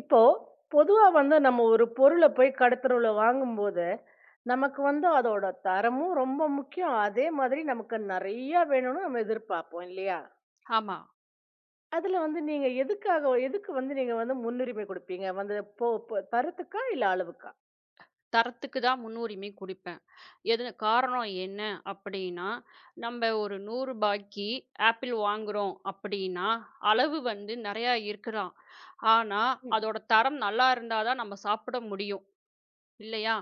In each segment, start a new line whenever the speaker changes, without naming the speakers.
இப்போ பொதுவா வந்து நம்ம ஒரு பொருள போய் கடத்தெருவுல வாங்கும்போது, நமக்கு வந்து அதோட தரமும் ரொம்ப முக்கியம். அதே மாதிரி நமக்கு நெறையா வேணும்னு நம்ம எதிர்பார்ப்போம் இல்லையா?
ஆமா.
அதுல வந்து நீங்க எதுக்கு வந்து நீங்க வந்து முன்னுரிமை குடுப்பீங்க? வந்து போ ப தரத்துக்கா? இல்ல அளவுக்கா?
தரத்துக்கு தான் முன்னுரிமை குடுப்பேன். எது காரணம் என்ன அப்படின்னா, நம்ம ஒரு ரூ. 100க்கு ஆப்பிள் வாங்குறோம் அப்படின்னா, அளவு வந்து நெறையா இருக்கலாம். ஆனா,
ம்.
அதோட தரம் நல்லா இருந்தா தான் நம்ம சாப்பிட முடியும். இல்லையா?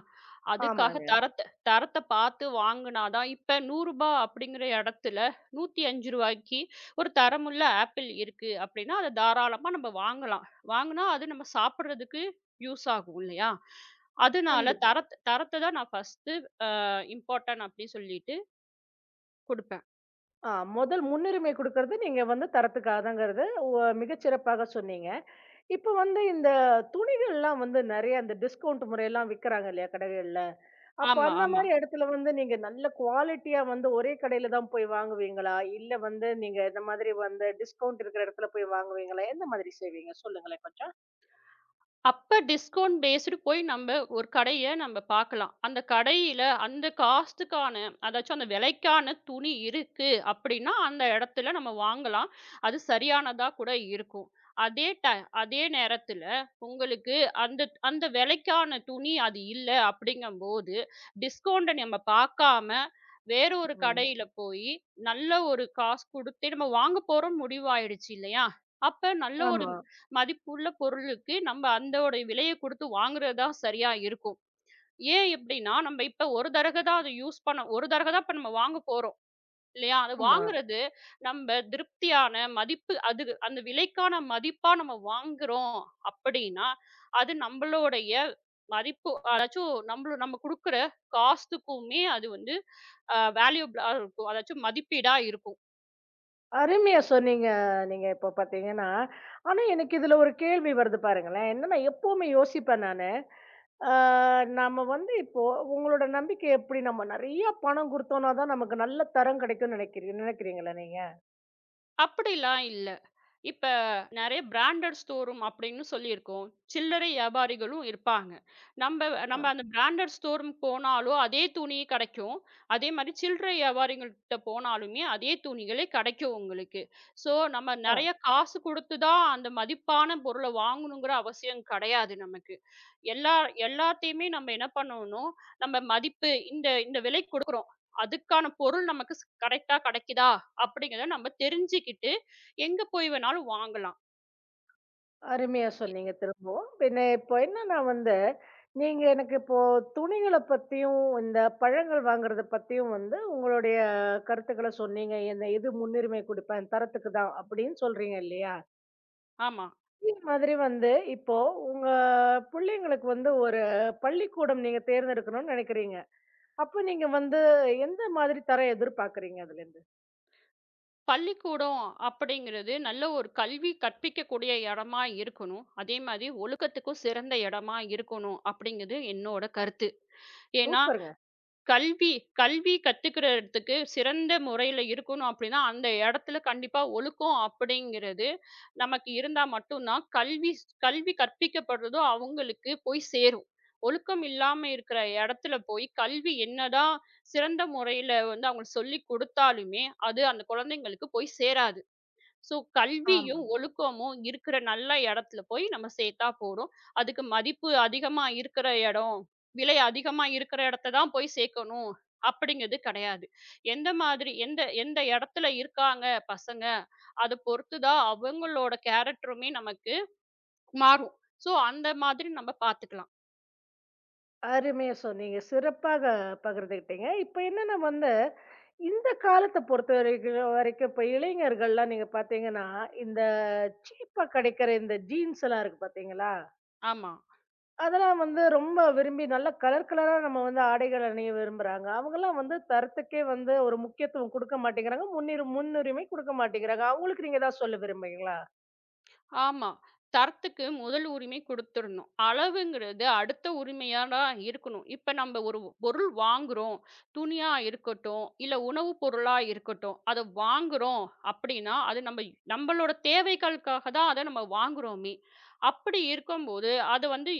அதுக்காக
ஆமாங்க.
தரத்த தரத்த பார்த்து வாங்குனா தான் இப்ப ரூ. 100 அப்படிங்கிற இடத்துல ரூ. 105க்கு ஒரு தரமுள்ள ஆப்பிள் இருக்கு அப்படின்னா, அத தாராளமா நம்ம வாங்கலாம். வாங்குனா அது நம்ம சாப்பிடுறதுக்கு யூஸ் ஆகும் இல்லையா? அதனால
கண்டிப்பா.
தரத்த தரத்த தான் நான் ஃபர்ஸ்ட்டு இம்பார்ட்டன்ட் அப்படின்னு சொல்லிட்டு குடுப்பேன்.
ஆ, முதல் முன்னுரிமை குடுக்கறது நீங்க வந்து தரத்துக்காகங்கிறது மிகச்சிறப்பாக சொன்னீங்க. இப்ப வந்து இந்த துணிகள்லாம் வந்து நெறைய இந்த டிஸ்கவுண்ட் முறையெல்லாம் விக்கிறாங்க இல்லையா கடைகள்ல? அப்ப
ஆமா,
அந்த
ஆமா.
மாரி இடத்துல வந்து நீங்க நல்ல குவாலிட்டியா வந்து ஒரே கடையில தான் போய் வாங்குவீங்களா? இல்ல வந்து நீங்க இந்த மாதிரி வந்து டிஸ்கவுண்ட் இருக்கிற இடத்துல போய் வாங்குவீங்களா? எந்த மாதிரி செய்வீங்க? சொல்லுங்களேன் கொஞ்சம்.
அப்ப டிஸ்கவுண்ட் பேஸ்டு போய் நம்ம ஒரு கடைய நம்ம பார்க்கலாம். அந்த கடையில அந்த காஸ்ட்டுக்கான அதாச்சும் அந்த விலைக்கான துணி இருக்கு அப்படின்னா, அந்த இடத்துல நம்ம வாங்கலாம். அது சரியானதா கூட இருக்கும். அதே டை அதே நேரத்துல உங்களுக்கு அந்த அந்த விலைக்கான துணி அது இல்ல அப்படிங்கும்போது, டிஸ்கவுண்ட்ட நம்ம பார்க்காம வேற ஒரு
ம்.
கடையில போயி நல்ல ஒரு காசு குடுத்து நம்ம வாங்க போறோம்னு முடிவாயிடுச்சு இல்லையா? அப்ப நல்ல ஒரு
ஆமா,
மதிப்புள்ள பொருளுக்கு நம்ம அந்தோட விலைய குடுத்து வாங்குறது தான் சரியா இருக்கும். ஏன் இப்படின்னா, நம்ம இப்ப ஒரு தடக தான் அத யூஸ் பண்ண ஒரு தடக தான் இப்ப நம்ம வாங்க போறோம். இல்லையா? அது
ஆமா.
வாங்குறது நம்ப திருப்தியான மதிப்பு அது அந்த விலைக்கான மதிப்பா நம்ம வாங்குறோம் அப்படின்னா, அது நம்பளுடைய மதிப்பு அதாச்சும் நம்பள நம்ம குடுக்குற காசுக்குமே அது வந்து வேல்யூபிளா இருக்கும். அதாச்சும் மதிப்பீடா இருக்கும்.
அருமையா சொன்னீங்க. நீங்க இப்ப பார்த்தீங்கன்னா, ஆனா எனக்கு இதுல ஒரு கேள்வி வருது பாருங்களேன். என்னன்னா எப்பவுமே யோசிப்பேன் நானு. ஆ, நாம வந்து இப்போ உங்களோட நம்பிக்கை எப்படி? நம்ம நெறைய பணம் குடுத்தோம்னா தான் நமக்கு நல்ல தரம் கிடைக்கும்னு நினைக்கிறீங்களா நீங்க?
அப்படிலாம் இல்ல. இப்ப நெறைய பிராண்டட் ஸ்டோரூம் அப்படின்னு சொல்லியிருக்கோம். சில்லறை வியாபாரிகளும் இருப்பாங்க. நம்ப
அ.
நம்ம அந்த பிராண்டட் ஸ்டோரூம் போனாலும் அதே துணி கிடைக்கும். அதே மாரி சில்லறை வியாபாரிகள்ட்ட போனாலுமே அதே துணிகளே கிடைக்கும் உங்களுக்கு. ஸோ நம்ம
ஆ.
நெறைய காசு குடுத்து தான் அந்த மதிப்பான பொருள வாங்கணுங்கிற அவசியம் கிடையாது நமக்கு. எல்லா எல்லாத்தையுமே நம்ம என்ன பண்ணணும், நம்ம மதிப்பு இந்த இந்த விலைக்கு குடுக்குறோம். அதுக்கான பொருள் நமக்கு ஸ் கரெக்ட்டா கிடைக்குதா? அப்படிங்கிறத நம்ம தெரிஞ்சுக்கிட்டு எங்க போய் வேணாலும் வாங்கலாம்.
அருமையா சொன்னீங்க திரும்பவும். பின்ன இப்போ என்னன்னா வந்து, நீங்க எனக்கு இப்போ துணிகள பத்தியும், இந்த பழங்கள் வாங்குறத பத்தியும் வந்து உங்களுடைய கருத்துக்கள சொன்னீங்க. என்ன எது முன்னுரிமை குடுப்பேன், தரத்துக்கு தான் அப்படின்னு சொல்றீங்க இல்லையா?
ஆமா.
இதே மாதிரி வந்து இப்போ உங்க பிள்ளைங்களுக்கு வந்து ஒரு பள்ளிக்கூடம் நீங்க தேர்ந்தெடுக்கணும்னு நினைக்கிறீங்க. அப்ப நீங்க வந்து எந்த மாதிரி தர எதிர்பார்க்குறீங்க அதுலேருந்து?
பள்ளிக்கூடம் அப்படிங்கிறது நல்ல ஒரு கல்வி கற்பிக்கக்கூடிய இடமா இருக்கணும். அதே மாதிரி ஒழுக்கத்துக்கும் சிறந்த இடமா இருக்கணும் அப்படிங்கிறது என்னோட கருத்து. ஏன்னா,
சூப்பருங்க.
கல்வி கல்வி கத்துக்கிற இடத்துக்கு சிறந்த முறையில இருக்கணும் அப்படின்னா, அந்த இடத்துல கண்டிப்பா ஒழுக்கம் அப்படிங்கிறது நமக்கு இருந்தா மட்டும் தான் கல்வி கல்வி கற்பிக்கப்படுறதும் அவங்களுக்கு போய் சேரும். ஒழுக்கம் இல்லாம இருக்கிற இடத்துல போய் கல்வி என்னதான் சிறந்த முறையில வந்து அவங்களுக்கு சொல்லிக் குடுத்தாலுமே, அது அந்த குழந்தைங்களுக்கு போய் சேராது. ஸோ கல்வியும்,
ஆமாங்க.
ஒழுக்கமும் இருக்கிற நல்ல இடத்துல போய் நம்ம சேர்த்தா போதும். அதுக்கு மதிப்பு அதிகமா இருக்கிற இடம், விலை அதிகமா இருக்கிற இடத்த தான் போய் சேர்க்கணும் அப்படிங்கிறது கிடையாது. எந்த மாதிரி எந்த எந்த இடத்துல இருக்காங்க பசங்க, அத பொறுத்து தான் அவங்களோட கேரக்டருமே நமக்கு மாறும். ஸோ அந்த மாதிரி நம்ம பார்த்துக்கலாம்.
அருமையா சொன்னீங்க. சிறப்பாக பகிர்ந்துக்கிட்டீங்க. இப்ப என்னன்னா வந்து இந்த காலத்த பொறுத்த வரைக்கும் வரைக்கும் இப்ப இளைஞர்கள்லாம் நீங்க பாத்தீங்கன்னா, இந்த சீப்பா கிடைக்கிற இந்த ஜீன்ஸ் எல்லாம் இருக்கு பாத்தீங்களா?
ஆமா.
அதெல்லாம் வந்து ரொம்ப விரும்பி நல்ல கலர் கலரா நம்ம வந்து ஆடைகள் அணிய விரும்புறாங்க. அவங்கலாம் வந்து தரத்துக்கே வந்து ஒரு முக்கியத்துவம் குடுக்க மாட்டேங்கிறாங்க. முன்னுரிமை குடுக்க மாட்டேங்கிறாங்க. அவங்களுக்கு நீங்க ஏதாவது சொல்ல விரும்புறீங்களா?
ஆமா. தரத்துக்கு முதல் உரிமை குடுத்துறணும். அளவுங்கிறது அடுத்த உரிமையா தான் இருக்கணும். இப்ப நம்ம ஒரு பொருள் வாங்குறோம். துணியா இருக்கட்டும், இல்ல உணவு பொருளா இருக்கட்டும். அத வாங்குறோம் அப்படின்னா, அது நம்ம நம்மளோட தேவைகளுக்காக தான் அத நம்ம வாங்குறோமே! அப்படி இருக்கும்போது, அது வந்து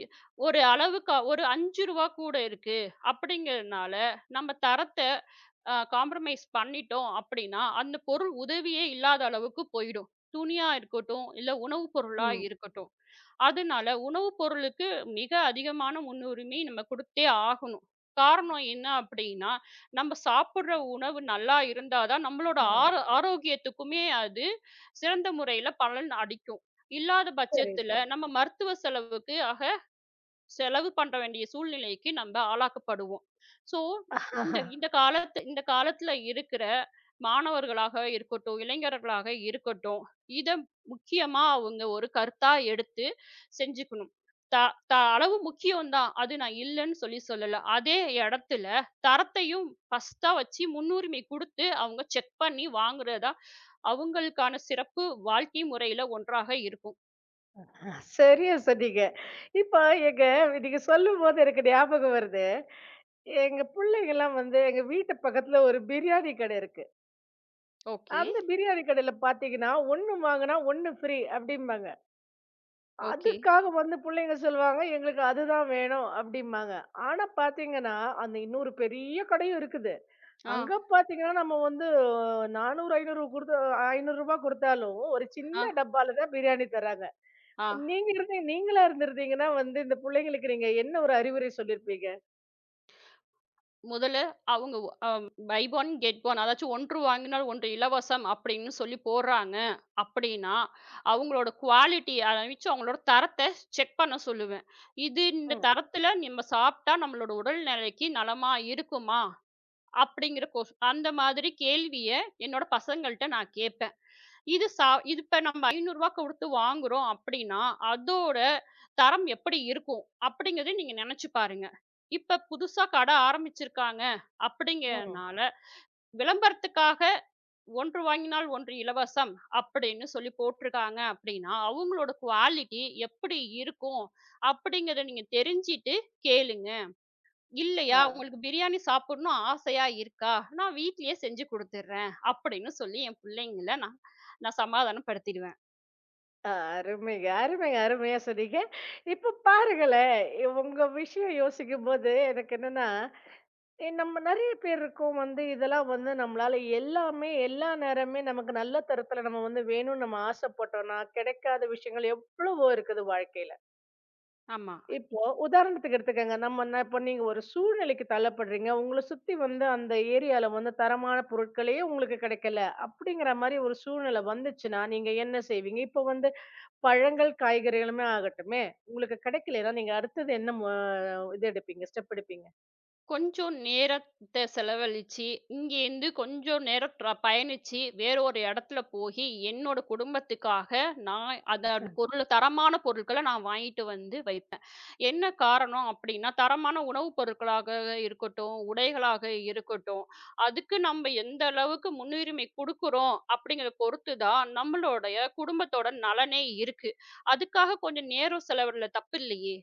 ஒரு அளவுக்கு ஒரு ரூ. 5 கூட இருக்கு. அப்படிங்கிறதுனால நம்ம தரத்த காம்ப்ரமைஸ் பண்ணிட்டோம் அப்படின்னா, அந்த பொருள் உதவியே இல்லாத அளவுக்கு போயிடும். துணியா இருக்கட்டும், இல்ல உணவு பொருளா
ம்.
இருக்கட்டும். அதனால உணவு பொருளுக்கு மிக அதிகமான முன்னுரிமை நம்ம குடுத்தே ஆகணும். காரணம் என்ன அப்படின்னா, நம்ம சாப்பிடுற உணவு நல்லா இருந்தா தான் நம்மளோட
ஆ,
ஆரோக்கியத்துக்குமே அது சிறந்த முறையில பலன் அளிக்கும். இல்லாத பட்சத்துல நம்ம மருத்துவ செலவுக்கு செலவு பண்ண வேண்டிய சூழ்நிலைக்கு நம்ம ஆளாக்கப்படுவோம். ஸோ, இந்த
சரிதான்.
இந்த காலத்து இந்த காலத்துல இருக்கிற மாணவர்களாக இருக்கட்டும், இளைஞர்களாக இருக்கட்டும், இத முக்கியமா அவங்க ஒரு கருத்தா எடுத்து செஞ்சுக்கணும். த த அளவு முக்கியம் தான். அது நான் இல்லன்னு சொல்லி சொல்லல. அதே இடத்துல தரத்தையும் ஃபர்ஸ்ட்டா வச்சு முன்னுரிமை குடுத்து அவங்க செக் பண்ணி வாங்குறது தான் அவங்களுக்கான சிறப்பு வாழ்க்கை முறையில ஒன்றாக இருக்கும்.
சரியா சொன்னீங்க. இப்ப எங்க நீங்க சொல்லும்போது எனக்கு ஞாபகம் வருது. எங்க புள்ளைங்கலாம் வந்து எங்க வீட்டு பக்கத்துல ஒரு பிரியாணி கடை இருக்கு.
ஓகே,
அந்த பிரியாணி கடையில பார்த்தீங்கன்னா, 1 வாங்குனா 1 ஃப்ரீ அப்டிம்பாங்க.
ஓகே.
அதுக்காக வந்து புள்ளைங்க சொல்லுவாங்க, எங்களுக்கு அதுதான் வேணும் அப்டிம்பாங்க. ஆனா பார்த்தீங்கன்னா, அந்த இன்னொரு பெரிய கடையும் இருக்குது. அங்க
ஆ,
பார்த்தீங்கன்னா, நம்ம வந்து 400, 500 குடுத்து ரூ. 500 குடுத்தாலும் ஒரு
ஆ,
சின்ன டப்பால தான் பிரியாணி தராங்க.
ஆ.
நீங்க இருந்து நீங்களா இருந்திருந்தீங்கன்னா வந்து, இந்த புள்ளைங்களுக்கு நீங்க என்ன ஒரு அறிவுரை சொல்லியிருப்பீங்க?
முதல்ல அவங்க பை ஒன் கெட் ஒன் அதாச்சும் ஒன்று வாங்கினால் ஒன்று இலவசம் அப்படின்னு சொல்லி போடுறாங்க அப்படின்னா, அவங்களோட குவாலிட்டி அதாச்சும் அவங்களோட தரத்த செக் பண்ண சொல்லுவேன். இது இந்த
ம்,
தரத்துல நம்ம சாப்பிட்டா நம்மளோட உடல் நிலைக்கு நலமா இருக்குமா? அப்படிங்கிற கொஸ் அந்த மாதிரி கேள்விய என்னோட பசங்கள்ட்ட நான் கேட்பேன். இது இப்ப நம்ம ரூ. 500 குடுத்து வாங்குறோம் அப்படின்னா, அதோட தரம் எப்படி இருக்கும்? அப்படிங்கிறத நீங்க நெனச்சு பாருங்க. இப்ப புதுசா கட ஆரம்பிச்சிருக்காங்க
ம்.
அப்படிங்கிறனால, விளம்பரத்துக்காக "ஒன்று வாங்கினால் ஒன்று இலவசம்" அப்படின்னு சொல்லி போட்டுருக்காங்க அப்படின்னா, அவங்களோட குவாலிட்டி எப்படி இருக்கும்? அப்படிங்கிறத நீங்க தெரிஞ்சுட்டு கேளுங்க. இல்லையா,
ஆ,
"உங்களுக்கு பிரியாணி சாப்பிடணும் ஆசையா இருக்கா? நான் வீட்லயே செஞ்சு குடுத்துர்றேன்" அப்படின்னு சொல்லி என் பிள்ளைங்கள நான் நான் சமாதானப்படுத்திடுவேன்.
ஆ, அருமைங்க, அருமைங்க, அருமையா சொன்னீங்க. இப்ப பாருங்களேன், உங்க விஷயம் யோசிக்கும்போது எனக்கு என்னன்னா, நம்ம நெறைய பேர் இருக்கோம் வந்து, இதெல்லாம் வந்து நம்மளால எல்லாமே, எல்லா நேரமே நமக்கு நல்ல தரத்தில நம்ம வந்து வேணும்னு நம்ம ஆசைப்பட்டோம்னா, கிடைக்காத விஷயங்கள் எவ்வளவோ இருக்குது வாழ்க்கையில.
ஆமா.
இப்போ உதாரணத்துக்கு எடுத்துக்கங்க. நம்ம இப்ப நீங்க ஒரு சூழ்நிலைக்கு தள்ளப்படுறீங்க. உங்கள சுத்தி வந்து அந்த ஏரியால வந்து தரமான பொருட்களே உங்களுக்கு கிடைக்கல. அப்படிங்கிற மாரி ஒரு சூழ்நிலை வந்துச்சுன்னா, நீங்க என்ன செய்வீங்க? இப்போ வந்து பழங்கள், காய்கறிகளுமே ஆகட்டுமே, உங்களுக்கு கிடைக்கலைன்னா, நீங்க அடுத்தது என்ன இது எடுப்பீங்க? ஸ்டெப் எடுப்பீங்க?
கொஞ்சம் நேரத்த செலவழிச்சு, இங்கேருந்து கொஞ்சம் நேரம் பயணிச்சு, வேற ஒரு இடத்துல போயி, என்னோட குடும்பத்துக்காக நான் பொருள தரமான பொருட்கள நான் வாங்கிட்டு வந்து வைப்பேன். என்ன காரணம் அப்டின்னா, தரமான உணவுப் பொருட்களாக இருக்கட்டும், உடைகளாக இருக்கட்டும், அதுக்கு நம்ம எந்த அளவுக்கு முன்னுரிமை குடுக்குறோம் அப்டிங்கிறத பொறுத்து தான் நம்மளுடைய குடும்பத்தோட நலனே இருக்கு. அதுக்காக கொஞ்சம் நேரம் செலவிடல தப்பில்லையே!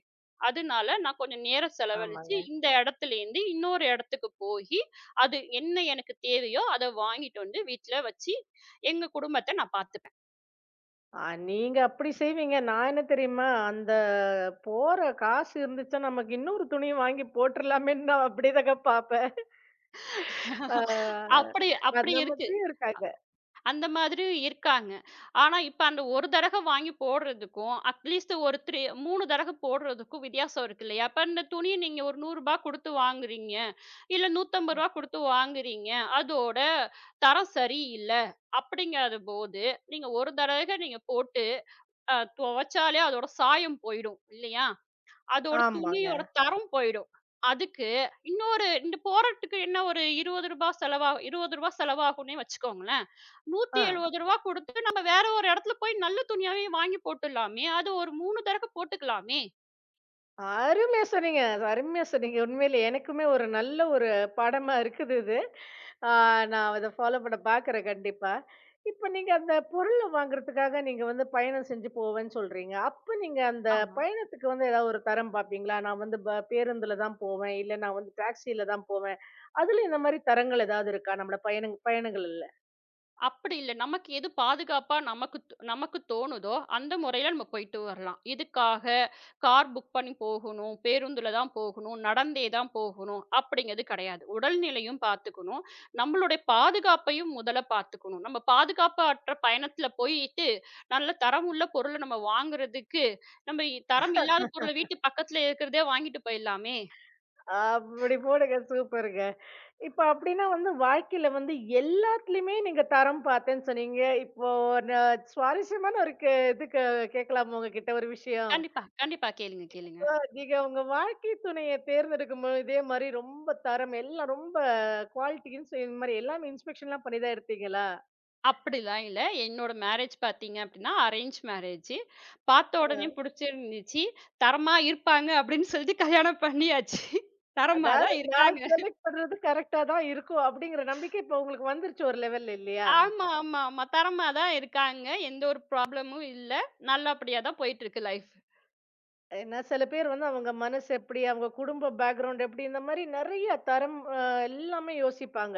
அதனால நான் கொஞ்சம் நேரம் செலவழிச்சு
ஆமாங்க.
இந்த இடத்துலேருந்து இன்னொரு இடத்துக்கு போயி, அது என்ன எனக்கு தேவையோ அத வாங்கிட்டு வந்து வீட்ல வச்சு, எங்க குடும்பத்த நான் பார்த்துப்பேன்.
ஆ, நீங்க அப்படி செய்வீங்க. நான் என்ன தெரியுமா? அந்த போற காசு இருந்துச்சா நமக்கு இன்னொரு துணிய வாங்கி போட்டுறலாமேன்னு நான் அப்படிதாங்க பார்ப்பேன். ஆ,
அப்படி அப்படி
அந்த
இருக்கு.
மாதிரியும் இருக்காங்க.
அந்த மாதிரி இருக்காங்க. ஆனா, இப்ப அந்த ஒரு தடக வாங்கி போடுறதுக்கும், அட்லீஸ்ட் ஒரு 3 தடக போடுறதுக்கும் வித்தியாசம் இருக்கு இல்லையா? அப்ப இந்த துணிய நீங்க ஒரு ரூ. 100 குடுத்து வாங்குறீங்க, இல்ல ரூ. 150 குடுத்து வாங்குறீங்க. அதோட தரம் சரியில்ல. அப்படிங்கிறபோது, நீங்க ஒரு தடக நீங்க போட்டு துவைச்சாலே அதோட சாயம் போயிடும் இல்லையா? அதோட
ஆமாங்க.
துணியோட தரம் போயிடும். அதுக்கு இன்னொரு இந்த போறதுக்கு என்ன ஒரு ரூ. 20 செலவாகும்னே வச்சுக்கோங்களேன். ரூ.
ஆ.
170 குடுத்து நம்ம வேற ஒரு இடத்துல போய் நல்ல துணியாவே வாங்கி போட்டுடலாமே. அது ஒரு 3 தடக்க போட்டுக்கலாமே.
அருமையா சொன்னீங்க. அருமையா சொன்னீங்க. உண்மையிலே எனக்குமே ஒரு நல்ல ஒரு பாடமா இருக்குது இது. ஆ, நான் இத ஃபாலோ பண்ண பாக்குறேன் கண்டிப்பா. இப்ப நீங்க அந்த பொருள வாங்குறதுக்காக நீங்க வந்து பயணம் செஞ்சு போவேன்னு சொல்றீங்க. அப்ப நீங்க அந்த
ஆமா.
பயணத்துக்கு வந்து ஏதாவது ஒரு தரம் பாப்பீங்களா? நான் வந்து பேருந்துல தான் போவேன். இல்ல நான் வந்து டாக்ஸில தான் போவேன். அதுல இந்த மாரி தரங்கள் ஏதாவது இருக்கா? நம்மளோட பயணங்கள்ல?
அப்படி இல்ல. நமக்கு எது பாதுகாப்பா நமக்கு தோணுதோ, அந்த முறையில நம்ம போயிட்டு வரலாம். இதுக்காக கார் புக் பண்ணி போகணும், பேருந்துல தான் போகணும், நடந்தே தான் போகணும் அப்படிங்கிறது கிடையாது. உடல்நிலையும் பார்த்துக்கணும். நம்மளுடைய பாதுகாப்பையும் முதல்ல பார்த்துக்கணும். நம்ம பாதுகாப்பற்ற பயணத்துல போயிட்டு, நல்ல தரம் உள்ள பொருள நம்ம வாங்குறதுக்கு, நம்ம தரம் இல்லாத பொருள வீட்டு பக்கத்துல இருக்கிறதே வாங்கிட்டு போயிடலாமே!
அப்படி போடுங்க. சூப்பருங்க. இப்ப அப்டின்னா வந்து வாழ்க்கையில வந்து எல்லாத்துலயுமே நீங்க தரம் பார்த்தேன்னு சொன்னீங்க. இப்போ நான் சுவாரஸ்யமான ஒரு இதுக்கு கேட்கலாமா உங்ககிட்ட ஒரு விஷயம்?
கண்டிப்பா, கண்டிப்பா. கேளுங்க, கேளுங்க.
அ, நீங்க உங்க வாழ்க்கை துணைய தேர்ந்தெடுக்கும்போது இதே மாரி ரொம்ப தரம் எல்லாம் ரொம்ப குவாலிட்டின்னு இந்த மாரி எல்லாமே இன்ஸ்பெக்ஷன்லாம் பண்ணி தான் எடுத்தீங்களா?
அப்படிலாம் இல்ல. என்னோட மேரேஜ் பார்த்தீங்க அப்படின்னா, அரேஞ்ச் மேரேஜு. பார்த்த உடனே புடிச்சிருந்துச்சு. தரமா இருப்பாங்க அப்படின்னு சொல்லிட்டு கல்யாணம் பண்ணியாச்சு. தரமா
அதாவது
தான்
நான்
இருக்காங்க.
செலக்ட் பண்றது கரெக்ட்டா தான் இருக்கும் அப்டிங்கிற நம்பிக்கை இப்ப உங்களுக்கு வந்துருச்சு ஒரு லெவல்ல இல்லையா?
ஆமா, ஆமா, ஆமா. தரமா தான் இருக்காங்க. எந்த ஒரு ப்ராப்ளமும் இல்ல. நல்லபடியா தான் போயிட்டுருக்கு லைஃப்.
ஏன்னா சில பேர் வந்து அவங்க மனசு எப்டி, அவங்க குடும்ப பேக்கிரவுண்ட் எப்டி இந்த மாரி நெறைய தரம் எல்லாமே யோசிப்பாங்க.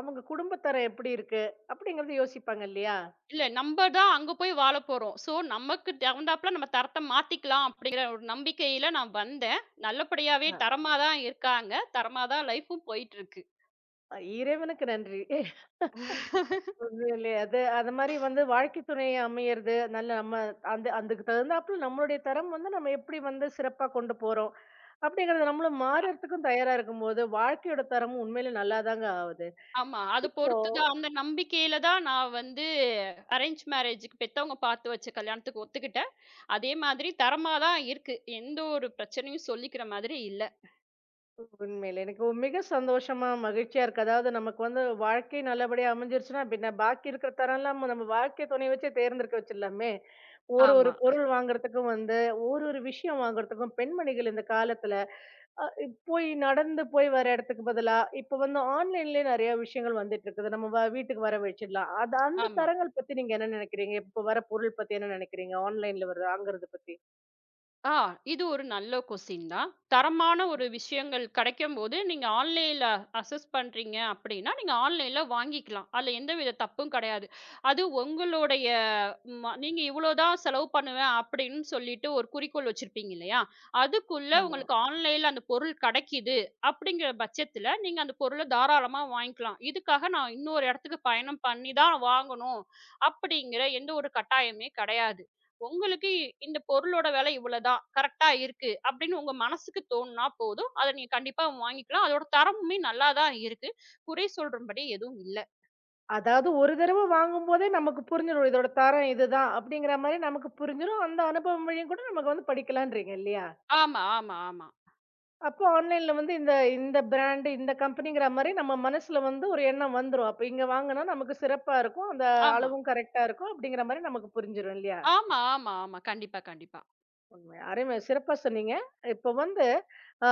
அவங்க குடும்பத்தரம் எப்படி இருக்கு? அப்படிங்கிறத யோசிப்பாங்க இல்லையா?
இல்ல நம்ப தான் அங்க போய் வாழப் போறோம். ஸோ, நமக்கு தகுந்தாப்ல நம்ம தரத்த மாத்திக்கலாம் அப்படிங்கிற ஒரு நம்பிக்கையில நான் வந்தேன். நல்லபடியாவே
ஆ.
தரமா தான் இருக்காங்க. தரமா தான் லைஃப்பும் போயிட்டுருக்கு.
இறைவனுக்கு நன்றி. உண்மையிலே அது அது மாரி வந்து வாழ்க்கை துணை அமையறது, நல்ல நம்ம அந்த அதுக்கு தகுந்தாப்புல நம்மளுடைய தரம் வந்து நம்ம எப்படி வந்து சிறப்பா கொண்டு போறோம், அப்படிங்கிறது நம்மளும் மாறுறதுக்கும் தயாரா இருக்கும்போது, வாழ்க்கையோட தரமும் உண்மையிலே நல்லாதாங்க ஆவுது.
ஆமா. அது
இப்ப
பொறுத்து தான் அந்த நம்பிக்கையில தான் நான் வந்து அரேஞ்ச் மேரேஜ்க்கு பெத்தவங்க பார்த்து வச்ச கல்யாணத்துக்கு ஒத்துக்கிட்டேன். அதே மாதிரி தரமா தான் இருக்கு. எந்த ஒரு பிரச்சனையும் சொல்லிக்கிற மாதிரி இல்ல.
உண்மையில. எனக்கு மிக சந்தோஷமா, மகிழ்ச்சியா இருக்கு. அதாவது நமக்கு வந்து வாழ்க்கை நல்லபடியா அமைஞ்சிருச்சுன்னா, பின்ன பாக்கி இருக்கிற தரம்லாம் நம்ம வாழ்க்கை துணை வச்சே தேர்ந்தெடுக்க வச்சிடலாமே! ஒரு ஒரு
ஆமா,
பொருள் வாங்குறதுக்கும் வந்து, ஒரு ஒரு விஷயம் வாங்குறதுக்கும் பெண்மணிகள் இந்த காலத்துல, அ, போய் நடந்து போய் வர இடத்துக்கு பதிலா, இப்ப வந்து ஆன்லைன்லயே நெறைய விஷயங்கள் வந்துட்டு இருக்குது. நம்ம வீட்டுக்கு வர வச்சிடலாம். அது அந்த
ஆமா.
தரங்கள் பத்தி நீங்க என்ன நினைக்கிறீங்க? இப்ப வர பொருள் பத்தி என்ன நினைக்கிறீங்க? ஆன்லைன்ல வர வாங்குறது பத்தி?
ஆ இது ஒரு நல்ல கொஸ்டின் தான். தரமான ஒரு விஷயங்கள் கிடைக்கும்போது, நீங்க ஆன்லைன்ல அக்சஸ் பண்றீங்க அப்படின்னா, நீங்க ஆன்லைன்ல வாங்கிக்கலாம். அதுல எந்தவித தப்பும் கிடையாது. அது உங்களுடைய நீங்க இவ்வளோ தான் செலவு பண்ணுவேன் அப்படின்னு சொல்லிட்டு ஒரு குறிக்கோள் வச்சிருப்பீங்க இல்லையா? அதுக்குள்ள
ஆமா.
உங்களுக்கு ஆன்லைன்ல அந்த பொருள் கிடைக்குது அப்படிங்கிற பட்சத்துல, நீங்க அந்த பொருள தாராளமா வாங்கிக்கலாம். இதுக்காக நான் இன்னொரு இடத்துக்கு பயணம் பண்ணி தான் வாங்கணும் அப்படிங்கிற எந்த ஒரு கட்டாயமே கிடையாது. உங்களுக்கு இந்த பொருளோட விலை இவ்வளதான். கரெக்ட்டா இருக்கு. அப்படின்னு உங்க மனசுக்கு தோணுனா போதும். அத நீங்க கண்டிப்பா வாங்கிக்கலாம். அதோட தரமுமே நல்லா தான் இருக்கு. குறை சொல்றபடி எதுவும் இல்ல.
அதாவது ஒரு தடவ வாங்கும்போதே நமக்கு புரிஞ்சிரும். இதோட தரம் இதுதான் அப்படிங்கிற மாரி நமக்கு புரிஞ்சிரும். அந்த அனுபவம் வழியும் கூட நமக்கு வந்து படிக்கலான்றீங்க இல்லையா?
ஆமா, ஆமா, ஆமா.
அப்போ ஆன்லைன்ல வந்து இந்த இந்த பிராண்ட், இந்த கம்பெனிங்கிற மாரி நம்ம மனசுல வந்து ஒரு எண்ணம் வந்துரும். அப்ப இங்க வாங்குனா நமக்கு சிறப்பா இருக்கும். அந்த
ஆமா.
அளவும் கரெக்ட்டா இருக்கும். அப்படிங்கிற மாரி நமக்கு புரிஞ்சிரும் இல்லையா?
ஆமா, ஆமா, ஆமா. கண்டிப்பா, கண்டிப்பா.
உண்மை. அருமை. சிறப்பா சொன்னீங்க. இப்போ வந்து, ஆ,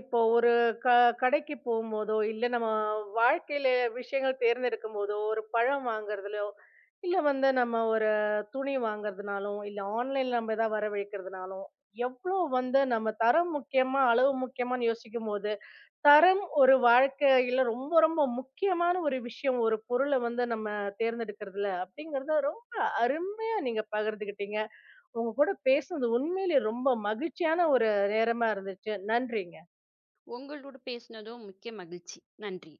இப்போ ஒரு க கடைக்கு போம்போதோ, இல்ல நம்ம வாழ்க்கையில விஷயங்கள் தேர்ந்தெடுக்கும்போதோ, ஒரு பழம் வாங்குறதுலயோ, இல்ல வந்து நம்ம ஒரு துணி வாங்குறதுனாலும், இல்ல ஆன்லைன்ல நம்ம எதாவது வரவழைக்கிறதுனாலும், எவ்ளோ வந்து நம்ம தரம் முக்கியமா, அளவு முக்கியமான்னு யோசிக்கும்போது, தரம் ஒரு வாழ்க்கையில ரொம்ப ரொம்ப முக்கியமான ஒரு விஷயம். ஒரு பொருள வந்து நம்ம தேர்ந்தெடுக்கிறதுல, அப்படிங்கிறத ரொம்ப அருமையா நீங்க பகிர்ந்துக்கிட்டீங்க. உங்க கூட பேசுனது உண்மையிலே ரொம்ப மகிழ்ச்சியான ஒரு நேரமா இருந்துச்சு. நன்றிங்க.
உங்களோட பேசினதும் மிக்க மகிழ்ச்சி. நன்றி.